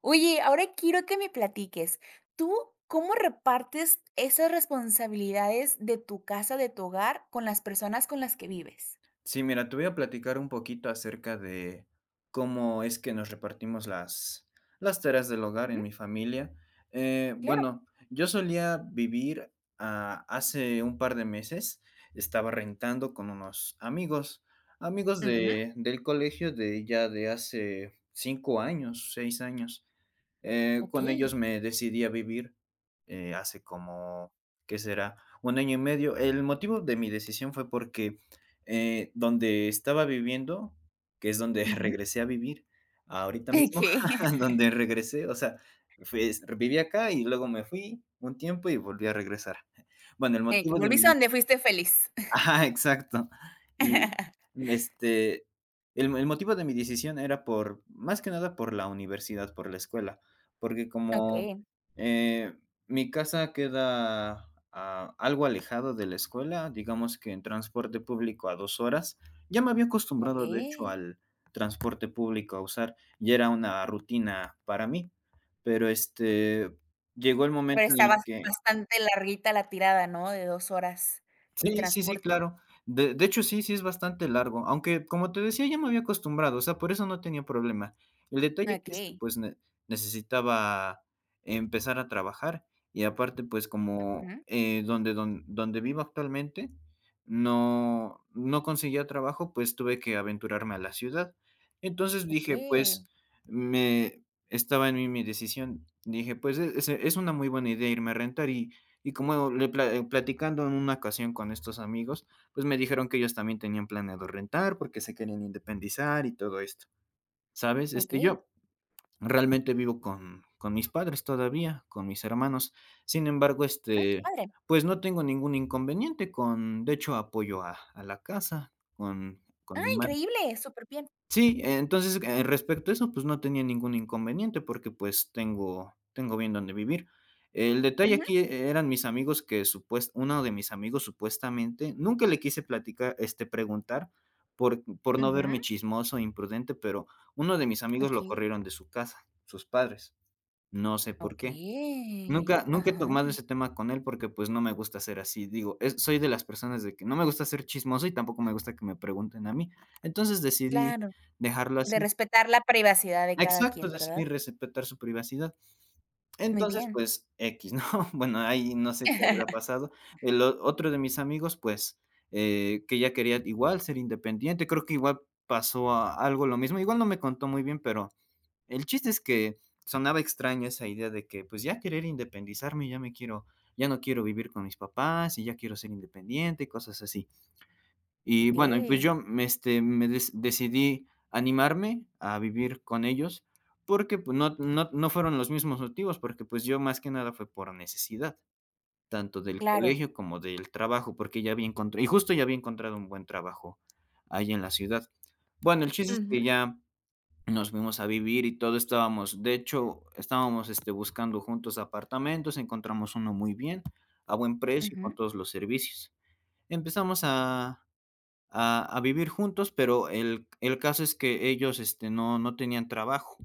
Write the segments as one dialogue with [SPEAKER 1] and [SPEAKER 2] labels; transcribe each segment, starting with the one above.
[SPEAKER 1] Oye, ahora quiero que me platiques, ¿tú cómo repartes esas responsabilidades de tu casa, de tu hogar, con las personas con las que vives?
[SPEAKER 2] Sí, mira, te voy a platicar un poquito acerca de cómo es que nos repartimos las tareas del hogar
[SPEAKER 1] Ujú.
[SPEAKER 2] en mi familia.
[SPEAKER 1] Claro.
[SPEAKER 2] Bueno, yo solía vivir hace un par de meses, estaba rentando con unos amigos, amigos
[SPEAKER 1] Ujú.
[SPEAKER 2] del colegio de ya de hace 5 años, 6 años. Con
[SPEAKER 1] Okey.
[SPEAKER 2] ellos me decidí a vivir hace como, ¿qué será? Un año y medio. El motivo de mi decisión fue porque donde estaba viviendo, que es donde
[SPEAKER 1] Ujú.
[SPEAKER 2] regresé a vivir ahorita mismo,
[SPEAKER 1] Okey.
[SPEAKER 2] donde regresé, o sea, pues, viví acá y luego me fui un tiempo y volví a regresar. Bueno, el
[SPEAKER 1] Que
[SPEAKER 2] motivo de
[SPEAKER 1] volviste a
[SPEAKER 2] mi.
[SPEAKER 1] donde fuiste feliz.
[SPEAKER 2] Ajá, exacto. Y, este, el motivo de mi decisión era por más que nada por la universidad, por la escuela, porque como,
[SPEAKER 1] Okey,
[SPEAKER 2] eh, mi casa queda, algo alejado de la escuela, digamos que en transporte público a 2 horas. Ya me había acostumbrado, de hecho,
[SPEAKER 1] okey.
[SPEAKER 2] al transporte público a usar, ya era una rutina para mí, pero, este, llegó el momento
[SPEAKER 1] Pero está
[SPEAKER 2] en el que.
[SPEAKER 1] bastante larguita la tirada, ¿no? De 2 horas de
[SPEAKER 2] Sí, sí, sí,
[SPEAKER 1] transporte.
[SPEAKER 2] claro. De hecho, sí, sí es bastante largo, aunque, como te decía, ya me había acostumbrado, o sea, por eso no tenía problema. El detalle aquí es que,
[SPEAKER 1] Okey.
[SPEAKER 2] pues, ne necesitaba empezar a trabajar y aparte, pues, como,
[SPEAKER 1] Ujú.
[SPEAKER 2] donde donde vivo actualmente no conseguía trabajo, pues, tuve que aventurarme a la ciudad. Entonces dije,
[SPEAKER 1] Okey,
[SPEAKER 2] pues, me estaba en mí mi decisión. Dije, pues, es una muy buena idea irme a rentar y como le pla- platicando en una ocasión con estos amigos, pues me dijeron que ellos también tenían planeado rentar porque se querían independizar y todo esto. ¿Sabes? Este,
[SPEAKER 1] okey.
[SPEAKER 2] yo realmente vivo con mis padres todavía, con mis hermanos. Sin embargo,
[SPEAKER 1] Ay, qué
[SPEAKER 2] este,
[SPEAKER 1] padre.
[SPEAKER 2] pues no tengo ningún inconveniente con, de hecho, apoyo a la casa,
[SPEAKER 1] Ah,
[SPEAKER 2] con mi madre.
[SPEAKER 1] increíble, superbién.
[SPEAKER 2] Sí, entonces, respecto a eso, pues, no tenía ningún inconveniente porque, pues, tengo bien donde vivir. El detalle
[SPEAKER 1] Ujú,
[SPEAKER 2] aquí eran mis amigos que supues uno de mis amigos supuestamente, nunca le quise platicar, este, preguntar por no
[SPEAKER 1] ujú.
[SPEAKER 2] verme chismoso, imprudente, pero uno de mis amigos lo
[SPEAKER 1] Okey.
[SPEAKER 2] corrieron de su casa, sus padres, no sé por qué.
[SPEAKER 1] Okey,
[SPEAKER 2] Nunca he tomado
[SPEAKER 1] ajá,
[SPEAKER 2] ese tema con él porque, pues, no me gusta ser así. Digo, es soy de las personas de que no me gusta ser chismoso y tampoco me gusta que me pregunten a mí. Entonces, decidí
[SPEAKER 1] claro,
[SPEAKER 2] dejarlo
[SPEAKER 1] de
[SPEAKER 2] así.
[SPEAKER 1] respetar la privacidad de cada
[SPEAKER 2] Exacto,
[SPEAKER 1] quien,
[SPEAKER 2] decidí
[SPEAKER 1] ¿verdad?
[SPEAKER 2] respetar su privacidad.
[SPEAKER 1] Muy
[SPEAKER 2] Entonces,
[SPEAKER 1] bien.
[SPEAKER 2] pues, x ¿no? Bueno, ahí no sé qué habrá pasado. El o otro de mis amigos, pues, que ya quería igual ser independiente. Creo que igual pasó a algo lo mismo. Igual no me contó muy bien, pero el chiste es que sonaba extraña esa idea de que pues ya querer independizarme, ya me quiero, ya no quiero vivir con mis papás y ya quiero ser independiente y cosas así. Y bueno, y pues
[SPEAKER 1] Okey,
[SPEAKER 2] yo me, este, me des- decidí animarme a vivir con ellos porque pues, no, no, no fueron los mismos motivos, porque pues yo más que nada fue por necesidad, tanto del
[SPEAKER 1] claro.
[SPEAKER 2] colegio como del trabajo, porque ya había encontrado, y justo ya había encontrado un buen trabajo ahí en la ciudad. Bueno, el chiste es que
[SPEAKER 1] Ujú.
[SPEAKER 2] ya nos fuimos a vivir y todo estábamos de hecho, estábamos, este, buscando juntos apartamentos, encontramos uno muy bien, a buen precio y con
[SPEAKER 1] Ujú,
[SPEAKER 2] todos los servicios. Empezamos a vivir juntos, pero el caso es que ellos, este, no tenían trabajo.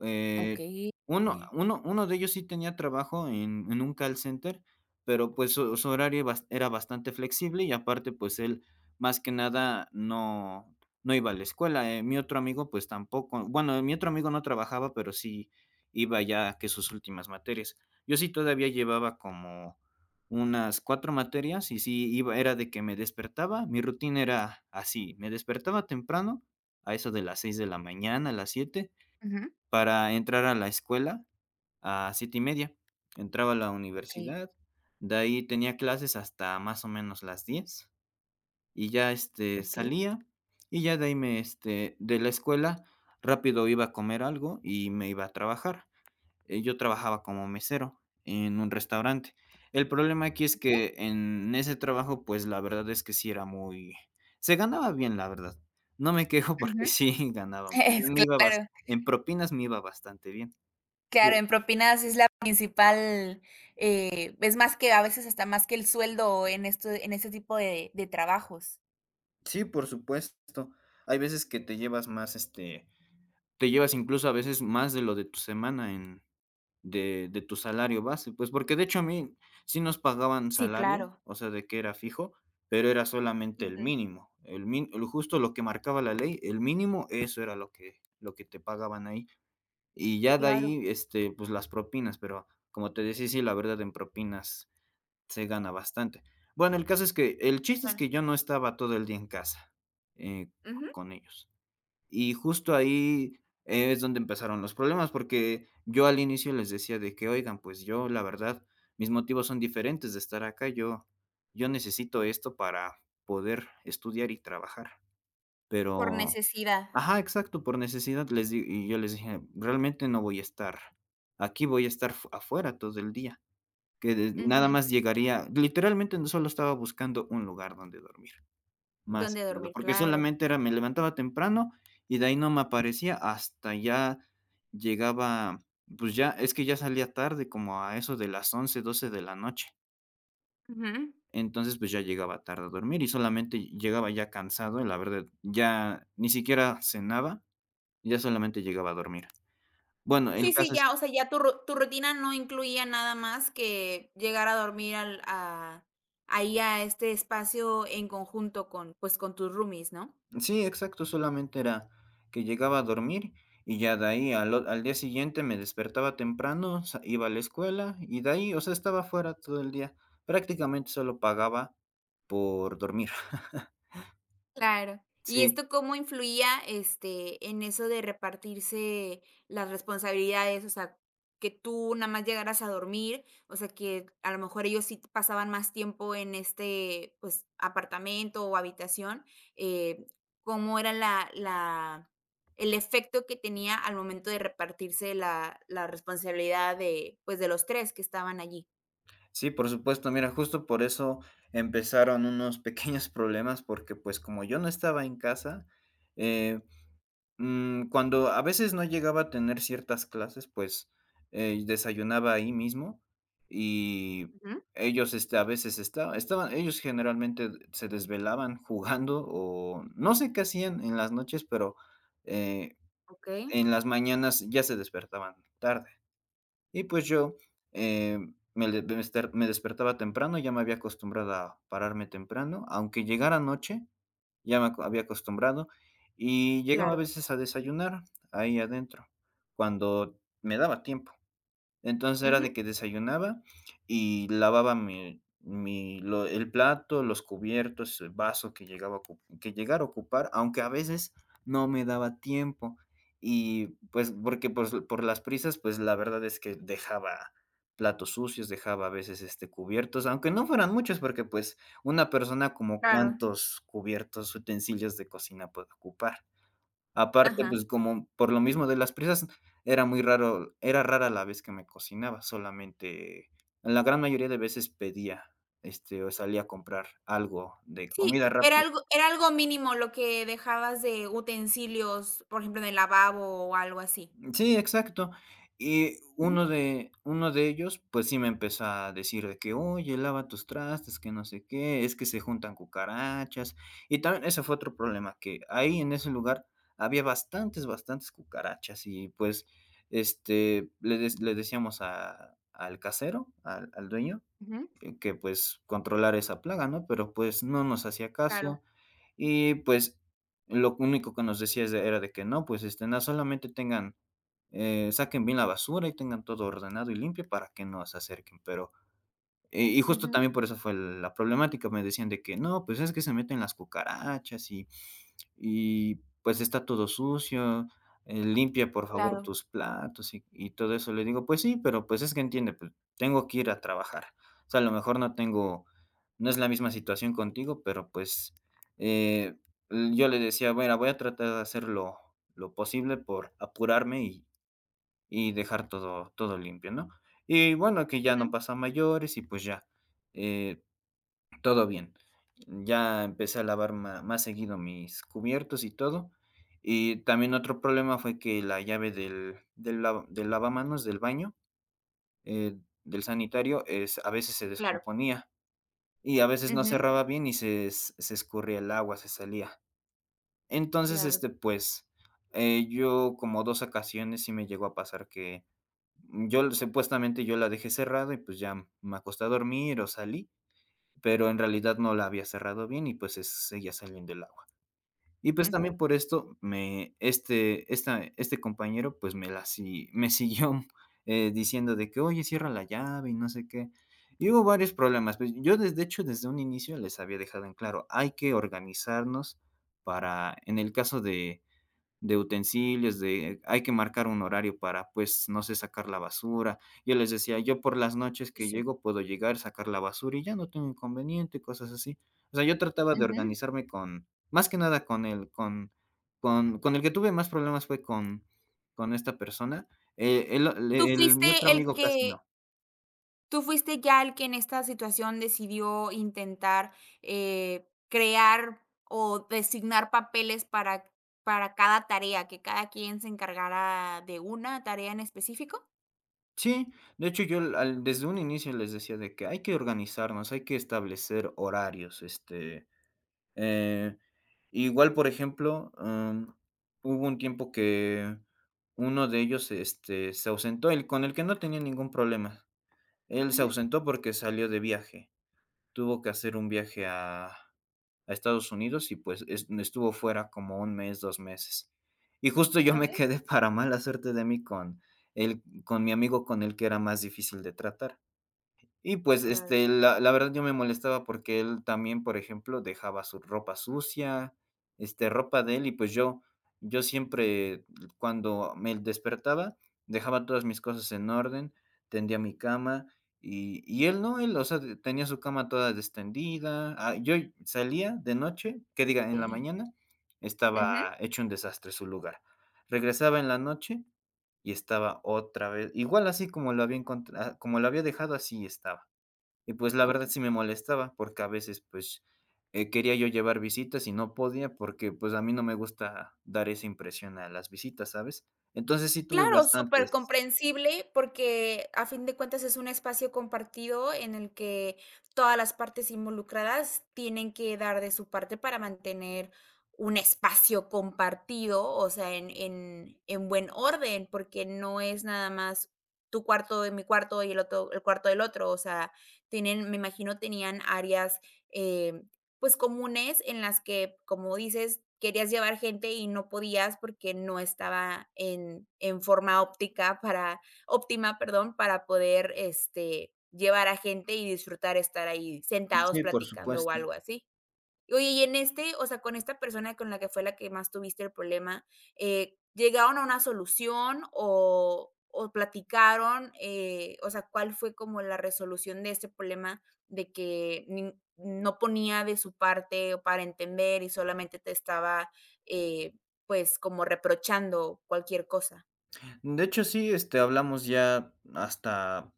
[SPEAKER 2] Eh,
[SPEAKER 1] okey, bien.
[SPEAKER 2] uno de ellos sí tenía trabajo en un call center, pero, pues, su horario bas era bastante flexible y aparte, pues, él más que nada no iba a la escuela, mi otro amigo, pues, tampoco. Bueno, mi otro amigo no trabajaba, pero sí iba ya que sus últimas materias. Yo sí todavía llevaba como unas 4 materias y sí iba era de que me despertaba, mi rutina era así, me despertaba temprano, a eso de las 6 de la mañana, a las 7
[SPEAKER 1] Ujú,
[SPEAKER 2] para entrar a la escuela a 7:30. Entraba a la
[SPEAKER 1] okey,
[SPEAKER 2] universidad, de ahí tenía clases hasta más o menos las 10 y ya, este,
[SPEAKER 1] okey,
[SPEAKER 2] salía y ya de ahí me, este, de la escuela rápido iba a comer algo y me iba a trabajar. Yo trabajaba como mesero en un restaurante. El problema aquí es
[SPEAKER 1] okey,
[SPEAKER 2] que en ese trabajo, pues, la verdad es que sí era muy se ganaba bien, la verdad. No me quejo porque
[SPEAKER 1] ujú.
[SPEAKER 2] sí ganaba, pues,
[SPEAKER 1] Es
[SPEAKER 2] me iba bas
[SPEAKER 1] claro,
[SPEAKER 2] en propinas me iba bastante bien.
[SPEAKER 1] claro,
[SPEAKER 2] Bu.
[SPEAKER 1] en propinas es la principal, es más que a veces hasta más que el sueldo en esto en este tipo de trabajos.
[SPEAKER 2] Sí, por supuesto. Hay veces que te llevas más, este, te llevas incluso a veces más de lo de tu semana en de tu salario base, pues, porque de hecho a mí sí nos pagaban
[SPEAKER 1] Sí,
[SPEAKER 2] salario,
[SPEAKER 1] claro.
[SPEAKER 2] o sea, de que era fijo, pero era solamente el
[SPEAKER 1] Ujú,
[SPEAKER 2] mínimo, el min el justo lo que marcaba la ley, el mínimo, eso era lo que te pagaban ahí. Y ya de
[SPEAKER 1] claro,
[SPEAKER 2] ahí, este, pues, las propinas, pero como te decía, sí, la verdad en propinas. Se gana bastante. Bueno, el caso es que el chiste es
[SPEAKER 1] claro.
[SPEAKER 2] que yo no estaba todo el día en casa, eh,
[SPEAKER 1] Ujú,
[SPEAKER 2] con ellos. Y justo ahí es donde empezaron los problemas, porque yo al inicio les decía de que: "Oigan, pues yo, la verdad, mis motivos son diferentes de estar acá. Yo necesito esto para poder estudiar y trabajar". Claro.
[SPEAKER 1] por
[SPEAKER 2] Pero
[SPEAKER 1] necesidad.
[SPEAKER 2] ajá, exacto, por necesidad les di y yo les dije: "Realmente no voy a estar aquí, voy a estar f afuera todo el día" que de nada
[SPEAKER 1] Ujú,
[SPEAKER 2] más llegaría literalmente no solo estaba buscando un lugar donde dormir, más
[SPEAKER 1] dónde
[SPEAKER 2] que nada,
[SPEAKER 1] dormir,
[SPEAKER 2] porque
[SPEAKER 1] claro.
[SPEAKER 2] solamente era me levantaba temprano y de ahí no me aparecía hasta ya llegaba, pues ya es que ya salía tarde, como a eso de las 11 12 de la noche.
[SPEAKER 1] Ujú.
[SPEAKER 2] Entonces, pues ya llegaba tarde a dormir y solamente llegaba ya cansado, la verdad, ya ni siquiera cenaba, ya solamente llegaba a dormir. Bueno, el
[SPEAKER 1] Sí, sí,
[SPEAKER 2] caso es.
[SPEAKER 1] ya, o sea, ya tu ru tu rutina no incluía nada más que llegar a dormir al a ahí a este espacio en conjunto con, pues, con tus roomies, ¿no?
[SPEAKER 2] Sí, exacto, solamente era que llegaba a dormir y ya de ahí al, o- al día siguiente me despertaba temprano, sa- iba a la escuela y de ahí, o sea, estaba fuera todo el día. Prácticamente solo pagaba por dormir.
[SPEAKER 1] Claro. ¿Y
[SPEAKER 2] Sí,
[SPEAKER 1] esto cómo influía, este, en eso de repartirse las responsabilidades? O sea, que tú nada más llegaras a dormir, o sea, que a lo mejor ellos sí pasaban más tiempo en este, pues, apartamento o habitación, eh, ¿cómo era la el efecto que tenía al momento de repartirse la responsabilidad de, pues, de los 3 que estaban allí?
[SPEAKER 2] sí, por supuesto. Mira, justo por eso empezaron unos pequeños problemas porque pues como yo no estaba en casa, eh, cuando a veces no llegaba a tener ciertas clases, pues, desayunaba ahí mismo y
[SPEAKER 1] Ujú,
[SPEAKER 2] ellos, este, a veces esta estaban ellos generalmente se desvelaban jugando o no sé qué hacían en las noches, pero, eh,
[SPEAKER 1] okey,
[SPEAKER 2] en las mañanas ya se despertaban tarde. Y pues yo, eh, me le me ester me despertaba temprano, ya me había acostumbrado a pararme temprano, aunque llegara noche ya me aco había acostumbrado, y llegaba a
[SPEAKER 1] claro.
[SPEAKER 2] veces a desayunar ahí adentro, cuando me daba tiempo. Entonces era
[SPEAKER 1] Ujú,
[SPEAKER 2] de que desayunaba y lavaba mi lo el plato, los cubiertos, el vaso que llegaba a ocu que llegara a ocupar, aunque a veces no me daba tiempo. Y, pues, porque, pues, por las prisas, pues, la verdad es que dejaba platos sucios, dejaba a veces, este, cubiertos, aunque no fueran muchos, porque, pues, una persona como
[SPEAKER 1] claro.
[SPEAKER 2] cuántos cubiertos, utensilios de cocina puede ocupar. Aparte,
[SPEAKER 1] Ajá.
[SPEAKER 2] pues, como por lo mismo de las prisas, era muy raro era rara la vez que me cocinaba, solamente la gran mayoría de veces pedía, este, o salía a comprar algo de comida
[SPEAKER 1] Sí,
[SPEAKER 2] rápida.
[SPEAKER 1] era algo mínimo lo que dejabas de utensilios, por ejemplo, en el lavabo o algo así.
[SPEAKER 2] Sí, exacto. Y
[SPEAKER 1] Ujú,
[SPEAKER 2] uno de ellos, pues sí me empezó a decir de que: "Oye, lava tus trastes, que no sé qué, es que se juntan cucarachas". Y también ese fue otro problema, que ahí en ese lugar había bastantes, bastantes cucarachas y, pues, este, le dec le decíamos a al casero, al al dueño,
[SPEAKER 1] ujú.
[SPEAKER 2] que, pues, controlar esa plaga, ¿no? Pero, pues, no nos hacía
[SPEAKER 1] Claro.
[SPEAKER 2] caso y, pues, lo único que nos decía es de era de que no, pues, este, no solamente tengan saquen bien la basura y tengan todo ordenado y limpio para que no se acerquen, pero y justo
[SPEAKER 1] Ujú.
[SPEAKER 2] también por eso fue la problemática, me decían de que: "No, pues es que se meten las cucarachas y pues está todo sucio, limpia por favor
[SPEAKER 1] Claro.
[SPEAKER 2] tus platos", y todo eso. Le digo: "Pues sí, pero pues es que entiende, pues tengo que ir a trabajar. O sea, a lo mejor no tengo no es la misma situación contigo, pero pues", eh, yo le decía: bueno voy a tratar de hacer lo posible por apurarme y dejar todo todo limpio, ¿no? Y bueno, que ya no
[SPEAKER 1] Ujú.
[SPEAKER 2] pasa a mayores y pues ya, eh, todo bien. Ya empecé a lavar ma más seguido mis cubiertos y todo. Y también otro problema fue que la llave del del lava del lavamanos del baño, eh, del sanitario, es a veces se
[SPEAKER 1] Claro.
[SPEAKER 2] descomponía y a veces no
[SPEAKER 1] Ujú.
[SPEAKER 2] cerraba bien y se escurría el agua, se salía. Entonces,
[SPEAKER 1] Claro.
[SPEAKER 2] este, pues, yo como 2 ocasiones sí me llegó a pasar que mm, Yo supuestamente yo la dejé cerrado y pues ya me acosté a dormir o salí, pero en realidad no la había cerrado bien y pues es seguía saliendo el agua. Y pues
[SPEAKER 1] Ujú.
[SPEAKER 2] también por esto me este esta este compañero pues me la si me siguió, diciendo de que: "Oye, cierra la llave y no sé qué". Y hubo varios problemas, pues yo desde de hecho desde un inicio les había dejado en claro, hay que organizarnos para en el caso de utensilios, de hay que marcar un horario para, pues, no sé, sacar la basura. Yo les decía, yo por las noches
[SPEAKER 1] Sí,
[SPEAKER 2] que
[SPEAKER 1] sí.
[SPEAKER 2] llego puedo llegar, sacar la basura y ya no tengo inconveniente, cosas así. O sea, yo trataba de
[SPEAKER 1] Ujú.
[SPEAKER 2] organizarme con, más que nada con el que tuve más problemas fue con esta persona.
[SPEAKER 1] Tú fuiste
[SPEAKER 2] Mi otro
[SPEAKER 1] el
[SPEAKER 2] amigo casi
[SPEAKER 1] que
[SPEAKER 2] no.
[SPEAKER 1] tú fuiste ya el que en esta situación decidió intentar, crear o designar papeles para cada tarea, que cada quien se encargara de una tarea en específico.
[SPEAKER 2] Sí, de hecho desde un inicio les decía de que hay que organizarnos, hay que establecer horarios, este. Eh, Igual, por ejemplo, hubo un tiempo que uno de ellos, este, se ausentó, el con el que no tenía ningún problema. Él se
[SPEAKER 1] Ujú.
[SPEAKER 2] ausentó porque salió de viaje. Tuvo que hacer un viaje a Estados Unidos y, pues, es estuvo fuera como un mes, 2 meses. Y justo yo me
[SPEAKER 1] Okey,
[SPEAKER 2] quedé para mala suerte de mí con mi amigo con el que era más difícil de tratar. Y pues,
[SPEAKER 1] claro.
[SPEAKER 2] este, la verdad yo me molestaba porque él también, por ejemplo, dejaba su ropa sucia, este, ropa de él y pues yo siempre cuando me despertaba, dejaba todas mis cosas en orden, tendía mi cama y él no, él, o sea, tenía su cama toda destendida. Ah, yo salía de noche, que diga, en la
[SPEAKER 1] Ok.
[SPEAKER 2] mañana, estaba
[SPEAKER 1] Ujú,
[SPEAKER 2] hecho un desastre su lugar. Regresaba en la noche y estaba otra vez, igual así como lo había como lo había dejado, así estaba. Y pues la verdad
[SPEAKER 1] okey.
[SPEAKER 2] sí me molestaba, porque a veces, pues, quería yo llevar visitas y no podía porque, pues, a mí no me gusta dar esa impresión a las visitas, ¿sabes? Entonces sí tuve
[SPEAKER 1] Claro, súper
[SPEAKER 2] bastantes.
[SPEAKER 1] comprensible porque a fin de cuentas es un espacio compartido en el que todas las partes involucradas tienen que dar de su parte para mantener un espacio compartido, o sea, en en buen orden, porque no es nada más tu cuarto de mi cuarto y el otro el cuarto del otro, o sea, tienen, me imagino, tenían áreas, eh, pues, comunes en las que, como dices, querías llevar gente y no podías porque no estaba en forma óptica para óptima, perdón, para poder, este, llevar a gente y disfrutar estar ahí sentados
[SPEAKER 2] Sí, por
[SPEAKER 1] platicando o
[SPEAKER 2] supuesto.
[SPEAKER 1] algo así. Oye, y en este, o sea, con esta persona con la que fue la que más tuviste el problema, ¿llegaron a una solución o platicaron? O sea, ¿cuál fue como la resolución de este problema de que nin no ponía de su parte para entender y solamente te estaba, eh, pues, como reprochando cualquier cosa?
[SPEAKER 2] De hecho, sí, este, hablamos ya hasta,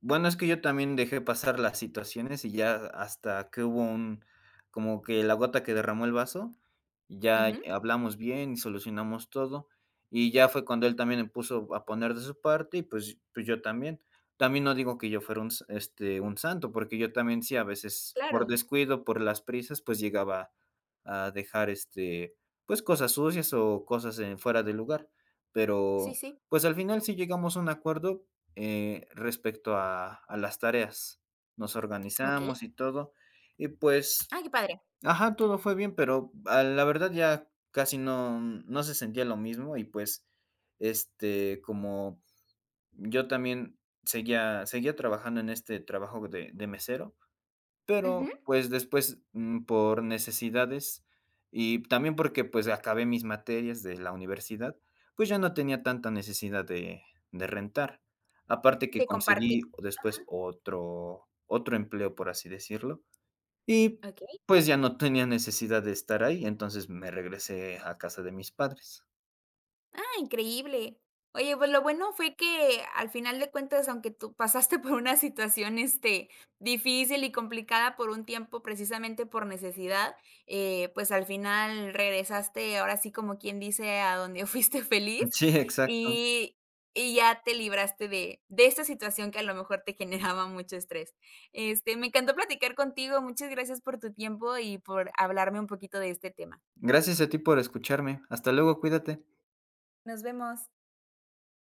[SPEAKER 2] bueno, es que yo también dejé pasar las situaciones y ya hasta que hubo un, como que la gota que derramó el vaso, ya
[SPEAKER 1] Ujú,
[SPEAKER 2] hablamos bien y solucionamos todo. Y ya fue cuando él también me puso a poner de su parte y pues, pues yo también. También no digo que yo fuera un, este, un santo, porque yo también sí, a veces por
[SPEAKER 1] claro.
[SPEAKER 2] descuido, por las prisas, pues llegaba a dejar, este, pues cosas sucias o cosas en, fuera de lugar.
[SPEAKER 1] Sí,
[SPEAKER 2] Pero
[SPEAKER 1] sí.
[SPEAKER 2] pues al final sí llegamos a un acuerdo, respecto a las tareas. Nos
[SPEAKER 1] Okey.
[SPEAKER 2] organizamos y todo, y pues,
[SPEAKER 1] Ah, qué padre.
[SPEAKER 2] ajá, todo fue bien, pero a la verdad ya casi no se sentía lo mismo y pues, este, como yo también seguía trabajando en este trabajo de mesero,
[SPEAKER 1] Ujú.
[SPEAKER 2] pero, pues, después, por necesidades y también porque, pues, acabé mis materias de la universidad, pues, ya no tenía tanta necesidad de rentar. Aparte que
[SPEAKER 1] De compartir.
[SPEAKER 2] conseguí
[SPEAKER 1] Ajá.
[SPEAKER 2] después otro empleo, por así decirlo, y,
[SPEAKER 1] Okey.
[SPEAKER 2] pues, ya no tenía necesidad de estar ahí, entonces me regresé a casa de mis padres.
[SPEAKER 1] Ah, increíble. Oye, pues lo bueno fue que al final de cuentas, aunque tú pasaste por una situación, este, difícil y complicada por un tiempo, precisamente por necesidad, pues al final regresaste, ahora sí como quien dice, a donde fuiste feliz
[SPEAKER 2] Sí, exacto.
[SPEAKER 1] y, y ya te libraste de esta situación que a lo mejor te generaba mucho estrés. Este, me encantó platicar contigo, muchas gracias por tu tiempo y por hablarme un poquito de este tema.
[SPEAKER 2] Gracias a ti por escucharme. Hasta luego, cuídate.
[SPEAKER 1] Nos vemos.